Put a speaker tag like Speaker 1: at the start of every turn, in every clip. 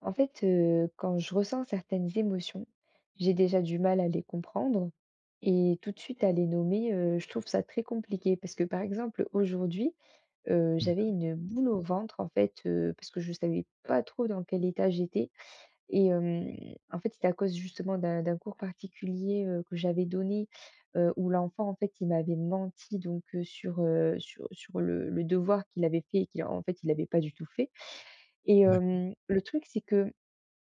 Speaker 1: En fait, quand je ressens certaines émotions, j'ai déjà du mal à les comprendre et tout de suite à les nommer, je trouve ça très compliqué. Parce que, par exemple, aujourd'hui, j'avais
Speaker 2: D'accord,
Speaker 1: une boule au ventre, en fait, parce que je ne savais pas trop dans quel état j'étais et en fait, c'était à cause justement d'un cours particulier, que j'avais donné, où l'enfant, en fait, il m'avait menti donc sur, sur le devoir qu'il avait fait et qu'il en fait, il avait pas du tout fait et
Speaker 2: d'accord.
Speaker 1: le truc c'est que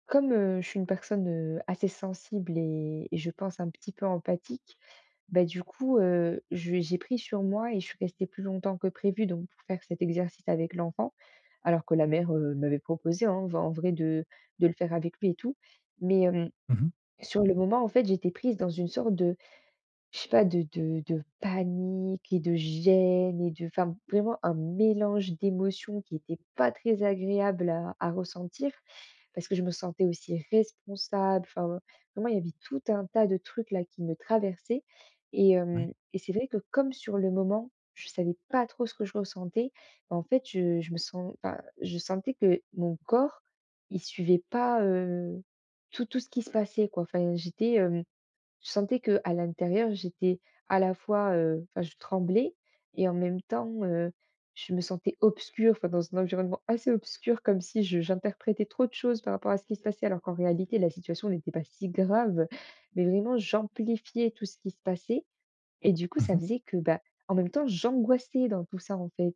Speaker 1: comme, je suis une personne, assez sensible et je pense un petit peu empathique, bah, du coup, je j'ai pris sur moi et je suis restée plus longtemps que prévu donc pour faire cet exercice avec l'enfant. Alors que la mère, m'avait proposé, hein, v en vrai de le faire avec lui et tout. Mais,
Speaker 2: Mmh mh.
Speaker 1: sur le moment, en fait, j'étais prise dans une sorte de je sais pas, de de panique et de gêne et de enfin, vraiment un mélange d'émotions qui était pas très agréable à ressentir, parce que je me sentais aussi responsable. Enfin, vraiment, il y avait tout un tas de trucs là qui me traversaient et
Speaker 2: Ouais.
Speaker 1: hem et c'est vrai que comme sur le moment, je savais pas trop ce que je ressentais, bah, en fait, je me sens enfin, je sentais que mon corps, il suivait pas, tout ce qui se passait quoi. Enfin, j'étais, hem je sentais que à l'intérieur, j'étais à la fois, enfin, je tremblais et en même temps, je me sentais obscure, enfin, dans un environnement assez obscur, comme si je j'interprétais trop de choses par rapport à ce qui se passait, alors qu'en réalité, la situation n'était pas si grave. Mais vraiment, j'amplifiais tout ce qui se passait et du coup, ça
Speaker 2: Mmh
Speaker 1: faisait que, bah, en même temps, j'angoissais dans tout ça, en fait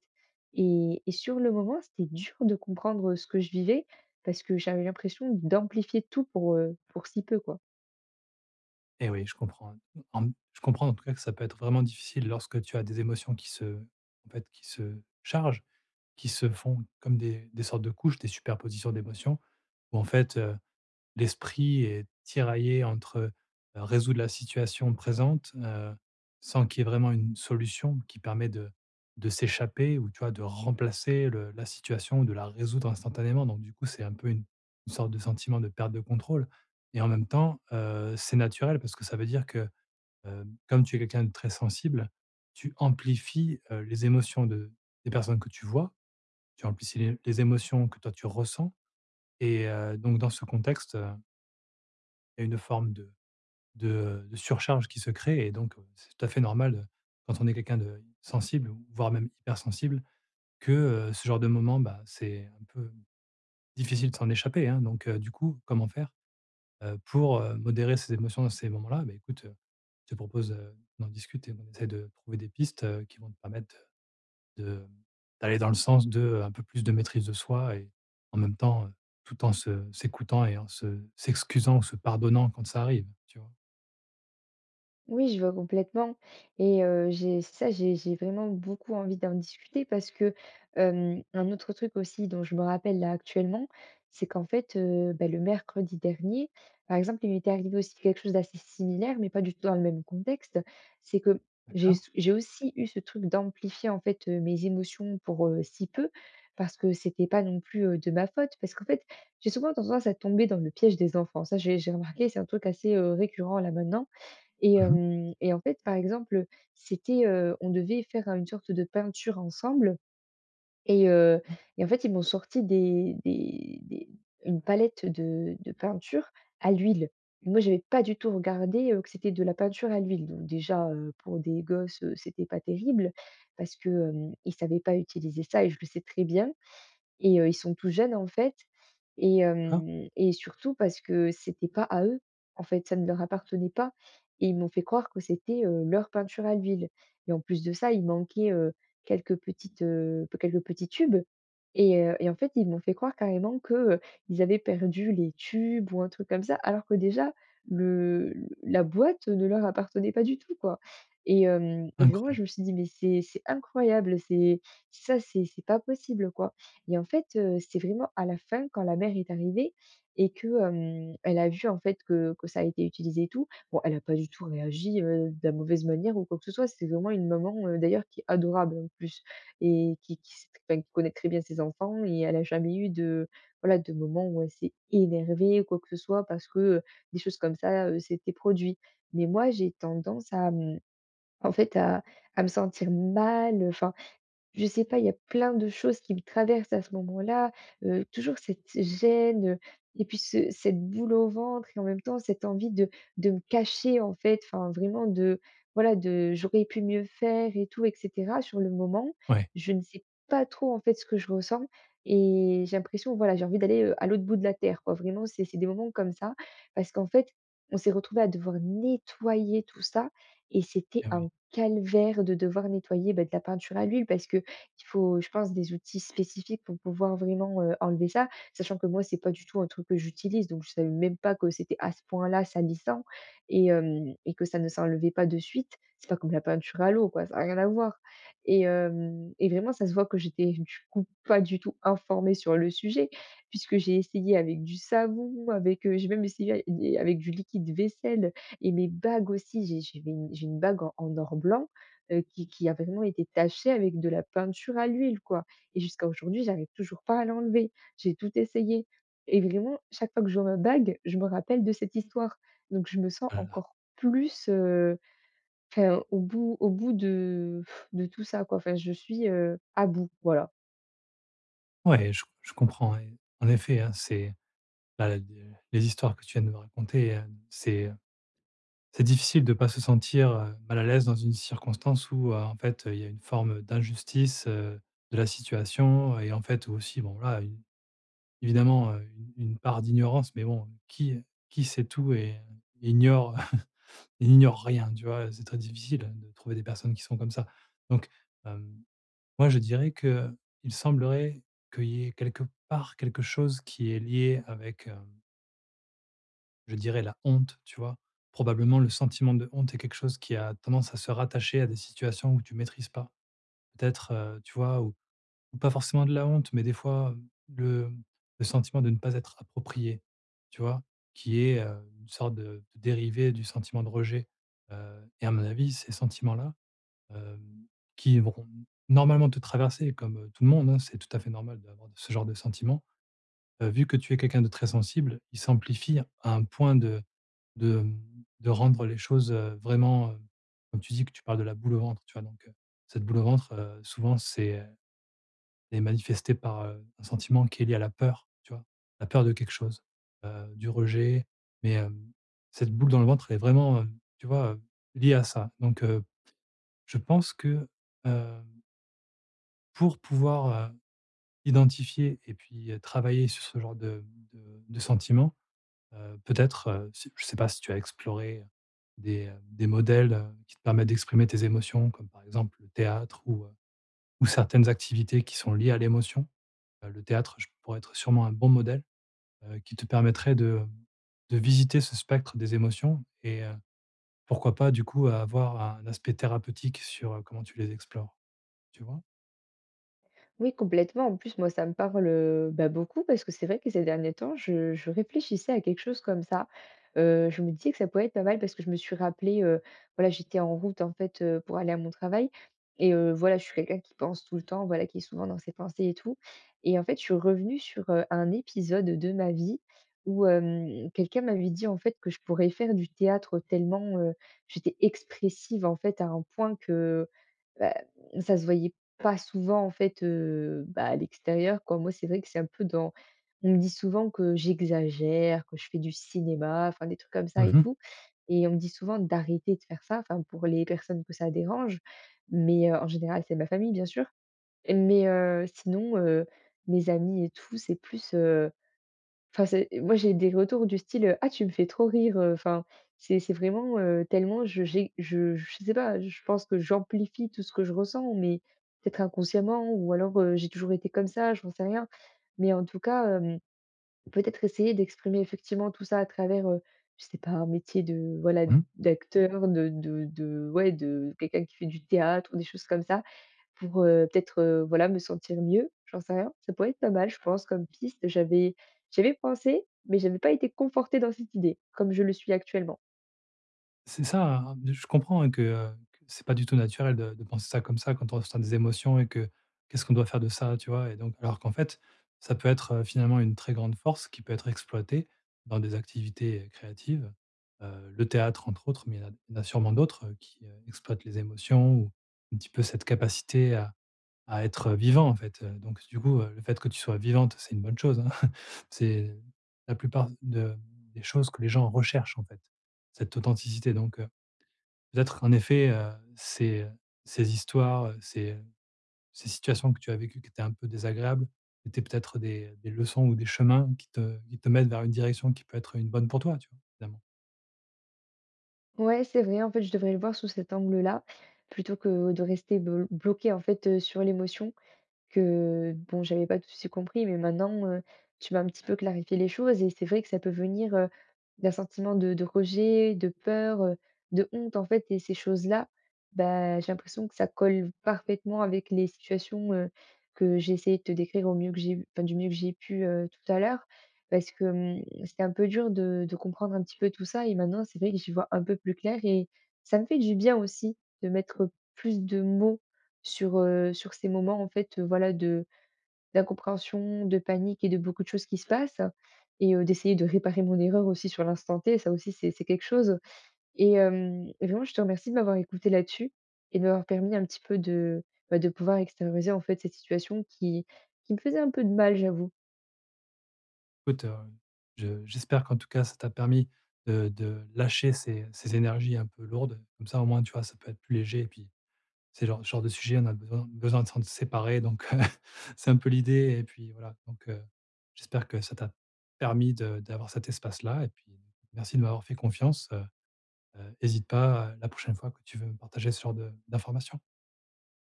Speaker 1: et sur le moment, c'était dur de comprendre ce que je vivais parce que j'avais l'impression d'amplifier tout pour si peu, quoi.
Speaker 2: et oui, je comprends. En je comprends en tout cas que ça peut être vraiment difficile lorsque tu as des émotions qui se en fait, qui se chargent, qui se font comme des sortes de couches, des superpositions d'émotions où en fait, l'esprit est tiraillé entre, résoudre la situation présente, sans qu'il y ait vraiment une solution qui permet de s'échapper ou tu vois, de remplacer le la situation ou de la résoudre instantanément. Donc du coup, c'est un peu une sorte de sentiment de perte de contrôle et en même temps, c'est naturel parce que ça veut dire que, comme tu es quelqu'un de très sensible, tu amplifies, les émotions de des personnes que tu vois, tu amplifies les émotions que toi tu ressens et donc dans ce contexte, il y a une forme de de surcharge qui se crée et donc, c'est tout à fait normal, quand on est quelqu'un de sensible, ou voire même hypersensible, que, ce genre de moment, bah, c'est un peu difficile de s'en échapper, hein. Donc, du coup, comment faire, pour, modérer ses émotions dans ces moments-là? Bah, écoute, je te propose, d'en discuter. On essaie de trouver des pistes, qui vont te permettre de d'aller dans le sens de, un peu plus de maîtrise de soi et en même temps, tout en se s'écoutant et en se s'excusant ou se pardonnant quand ça arrive, tu vois?
Speaker 1: Oui, je vois complètement et j'ai c'est ça, j'ai vraiment beaucoup envie d'en discuter parce que, un autre truc aussi dont je me rappelle là actuellement, c'est qu'en fait, bah, le mercredi dernier, par exemple, il m'était arrivé aussi quelque chose d'assez similaire, mais pas du tout dans le même contexte. C'est que
Speaker 2: D'accord?
Speaker 1: j'ai aussi eu ce truc d'amplifier, en fait, mes émotions pour, si peu, parce que c'était pas non plus, de ma faute. Parce qu'en fait, j'ai souvent tendance à tomber dans le piège des enfants. Ça, j'ai remarqué, c'est un truc assez, récurrent là maintenant. Et
Speaker 2: Mmh mh.
Speaker 1: hem et en fait, par exemple, c'était, on devait faire une sorte de peinture ensemble et heu
Speaker 2: Ah
Speaker 1: et en fait, ils m'ont sorti des une palette de peinture à l'huile. Moi, j'avais pas du tout regardé, que c'était de la peinture à l'huile. Donc déjà, pour des gosses, c'était pas terrible parce que, ils savaient pas utiliser ça et je le sais très bien. Et ils sont tout jeunes en fait et
Speaker 2: d'accord,
Speaker 1: hem et surtout parce que c'était pas à eux, en fait, ça ne leur appartenait pas et ils m'ont fait croire que c'était, leur peinture à l'huile et en plus de ça, il manquait, quelques petites, quelques petits tubes et en fait, ils m'ont fait croire carrément que, ils avaient perdu les tubes ou un truc comme ça, alors que déjà le la boîte ne leur appartenait pas du tout, quoi et hem et vraiment je
Speaker 2: incroyable.
Speaker 1: me suis dit: «Mais c'est incroyable, c'est si ça c'est pas possible, quoi». Et en fait, c'est vraiment à la fin quand la mère est arrivée et que, elle a vu en fait que ça a été utilisé et tout. Bon, elle a pas du tout réagi, de la mauvaise manière ou quoi que ce soit. C'est vraiment une maman, d'ailleurs qui est adorable en plus et qui sait enfin qui connaît très bien ses enfants et elle a jamais eu de voilà, de moment où elle s'est énervée ou quoi que ce soit parce que, des choses comme ça, s'étaient produits. Mais moi, j'ai tendance à, en fait à me sentir mal, enfin je sais pas, il y a plein de choses qui me traversent à ce moment-là, toujours cette gêne, et puis ce cette boule au ventre et en même temps cette envie de me cacher en fait, enfin vraiment de voilà de j'aurais pu mieux faire et tout et cetera. Sur le moment,
Speaker 2: Ouais,
Speaker 1: je ne sais pas trop en fait ce que je ressens et j'ai l'impression voilà, j'ai envie d'aller, à l'autre bout de la terre quoi. Vraiment c'est des moments comme ça parce qu'en fait, on s'est retrouvé à devoir nettoyer tout ça et c'était
Speaker 2: eh
Speaker 1: un
Speaker 2: oui.
Speaker 1: calvaire de devoir nettoyer, bah, de la peinture à l'huile parce que il faut, je pense, des outils spécifiques pour pouvoir vraiment, enlever ça. Sachant que moi, c'est pas du tout un truc que j'utilise, donc je savais même pas que c'était à ce point-là salissant et hem et que ça ne s'enlevait pas de suite. C'est pas comme la peinture à l'eau, quoi, ça a rien à voir et hem et vraiment ça se voit que j'étais du coup pas du tout informée sur le sujet puisque j'ai essayé avec du savon, avec, j'ai même essayé avec du liquide vaisselle et mes bagues aussi. J'avais une j'ai une bague en en or blanc qui a vraiment été taché avec de la peinture à l'huile, quoi et jusqu'à aujourd'hui, j'arrive toujours pas à l'enlever. J'ai tout essayé et vraiment, chaque fois que je vois ma bague, je me rappelle de cette histoire. Donc je me sens
Speaker 2: Oh là là.
Speaker 1: encore plus, enfin, au bout de tout ça, quoi. Enfin, je suis, à bout, voilà.
Speaker 2: Ouais, je comprends, ouais. En effet, hein, c'est là, l de les histoires que tu viens de me raconter, c'est, heu, c'est difficile de pas se sentir, mal à l'aise dans une circonstance où, en fait, il y a une forme d'injustice, de la situation et en fait aussi, bon là une évidemment, une part d'ignorance, mais bon, qui sait tout et ignore ignore rien, tu vois? C'est très difficile de trouver des personnes qui sont comme ça. Donc, hem moi, je dirais que il semblerait qu'il y ait quelque part quelque chose qui est lié avec, je dirais la honte, tu vois? Probablement le sentiment de honte est quelque chose qui a tendance à se rattacher à des situations où tu maîtrises pas. Peut-être, tu vois? Ou pas forcément de la honte, mais des fois, le le sentiment de ne pas être approprié, tu vois? Qui est, une sorte de dérivé du sentiment de rejet, et à mon avis, ces sentiments-là, Hem, qui vont normalement te traverser comme, tout le monde, hein. C'est tout à fait normal d'avoir ce genre de sentiment. Vu que tu es quelqu'un de très sensible, il s'amplifie à un point de, mmh, de rendre les choses, vraiment, comme tu dis que tu parles de la boule au ventre, tu vois? Donc, cette boule au ventre, souvent c'est, elle est manifestée par, un sentiment qui est lié à la peur, tu vois? La peur de quelque chose, du rejet, mais, cette boule dans le ventre, elle est vraiment, tu vois, liée à ça. Donc, je pense que, heu pour pouvoir, identifier et puis, travailler sur ce genre de de sentiments, peut-être, si je ne sais pas si tu as exploré, des modèles, qui te permettent d'exprimer tes émotions comme par exemple le théâtre ou certaines activités qui sont liées à l'émotion. Le théâtre, je pourrait être sûrement un bon modèle, qui te permettrait de visiter ce spectre des émotions et pourquoi pas du coup avoir un aspect thérapeutique sur, comment tu les explores, tu vois?
Speaker 1: Oui, complètement. En plus, moi, ça me parle bah, beaucoup parce que c'est vrai que ces derniers temps, je réfléchissais à quelque chose comme ça. Je me disais que ça pouvait être pas mal parce que je me suis rappelé, voilà, j'étais en route en fait pour aller à mon travail. Et voilà, je suis quelqu'un qui pense tout le temps, voilà, qui est souvent dans ses pensées et tout. Et en fait, je suis revenue sur un épisode de ma vie où quelqu'un m'avait dit en fait que je pourrais faire du théâtre tellement j'étais expressive en fait à un point que bah, ça se voyait pas souvent en fait, bah, à l'extérieur quoi. Moi, c'est vrai que c'est un peu dans on me dit souvent que j'exagère, que je fais du cinéma, enfin des trucs comme ça et
Speaker 2: Mmh mh.
Speaker 1: tout et on me dit souvent d'arrêter de faire ça, enfin pour les personnes que ça dérange. Mais, en général, c'est ma famille bien sûr. Mais, sinon, mes amis et tout, c'est plus, enfin, c'est moi, j'ai des retours du style, «Ah, tu me fais trop rire», enfin, c'est vraiment, tellement je j'ai je sais pas, je pense que j'amplifie tout ce que je ressens, mais peut-être inconsciemment ou alors, j'ai toujours été comme ça, je j'en sais rien. Mais en tout cas, peut-être essayer d'exprimer effectivement tout ça à travers, je sais pas, un métier de voilà,
Speaker 2: Mmh.
Speaker 1: d'acteur, de de ouais, de quelqu'un qui fait du théâtre ou des choses comme ça. Pour, peut-être, voilà, me sentir mieux, j'en sais rien. Ça pourrait être pas mal, je pense, comme piste. J'avais pensé, mais j'avais pas été confortée dans cette idée, comme je le suis actuellement.
Speaker 2: C'est ça, hein, je comprends, hein, que c'est pas du tout naturel de penser ça comme ça quand on ressent des émotions et que qu'est-ce qu'on doit faire de ça, tu vois? Et donc alors qu'en fait, ça peut être, finalement une très grande force qui peut être exploitée dans des activités, créatives. Le théâtre entre autres, mais il y en a sûrement d'autres, qui, exploitent les émotions ou un petit peu cette capacité à être, vivant, en fait, donc du coup, le fait que tu sois vivante, c'est une bonne chose, hein. C'est la plupart de des choses que les gens recherchent, en fait, cette authenticité, donc peut-être en effet, ces, ces histoires, ces, ces situations que tu as vécues qui étaient un peu désagréables, étaient peut-être des leçons ou des chemins qui te mettent vers une direction qui peut être une bonne pour toi, tu vois? Finalement.
Speaker 1: Ouais, c'est vrai, en fait, je devrais le voir sous cet angle-là, plutôt que de rester bloquée, en fait, sur l'émotion. Que bon, j'avais pas tout de suite compris, mais maintenant, tu m'as un petit peu clarifié les choses et c'est vrai que ça peut venir, d'un sentiment de rejet, de peur, de honte en fait et ces choses-là, bah, j'ai l'impression que ça colle parfaitement avec les situations, que j'ai essayé de te décrire au mieux que j'ai enfin, du mieux que j'ai pu, tout à l'heure. Parce que, c'était un peu dur de comprendre un petit peu tout ça et maintenant c'est vrai que j'y vois un peu plus clair et ça me fait du bien aussi de mettre plus de mots sur, sur ces moments, en fait, voilà, de d'incompréhension, de panique et de beaucoup de choses qui se passent et d'essayer de réparer mon erreur aussi sur l'instant T, ça aussi c'est quelque chose et vraiment je te remercie de m'avoir écoutée là-dessus et de m'avoir permis un petit peu de, bah, de pouvoir extérioriser, en fait, cette situation qui me faisait un peu de mal, j'avoue.
Speaker 2: Écoute, je j'espère qu'en tout cas, ça t'a permis de lâcher ces ces énergies un peu lourdes, comme ça, au moins, tu vois, ça peut être plus léger et puis c'est genre ce genre de sujet, on a besoin de s'en séparer donc c'est un peu l'idée et puis voilà donc j'espère que ça t'a permis de d'avoir cet espace-là et puis merci de m'avoir fait confiance, hésite pas la prochaine fois que tu veux me partager ce genre de d'informations.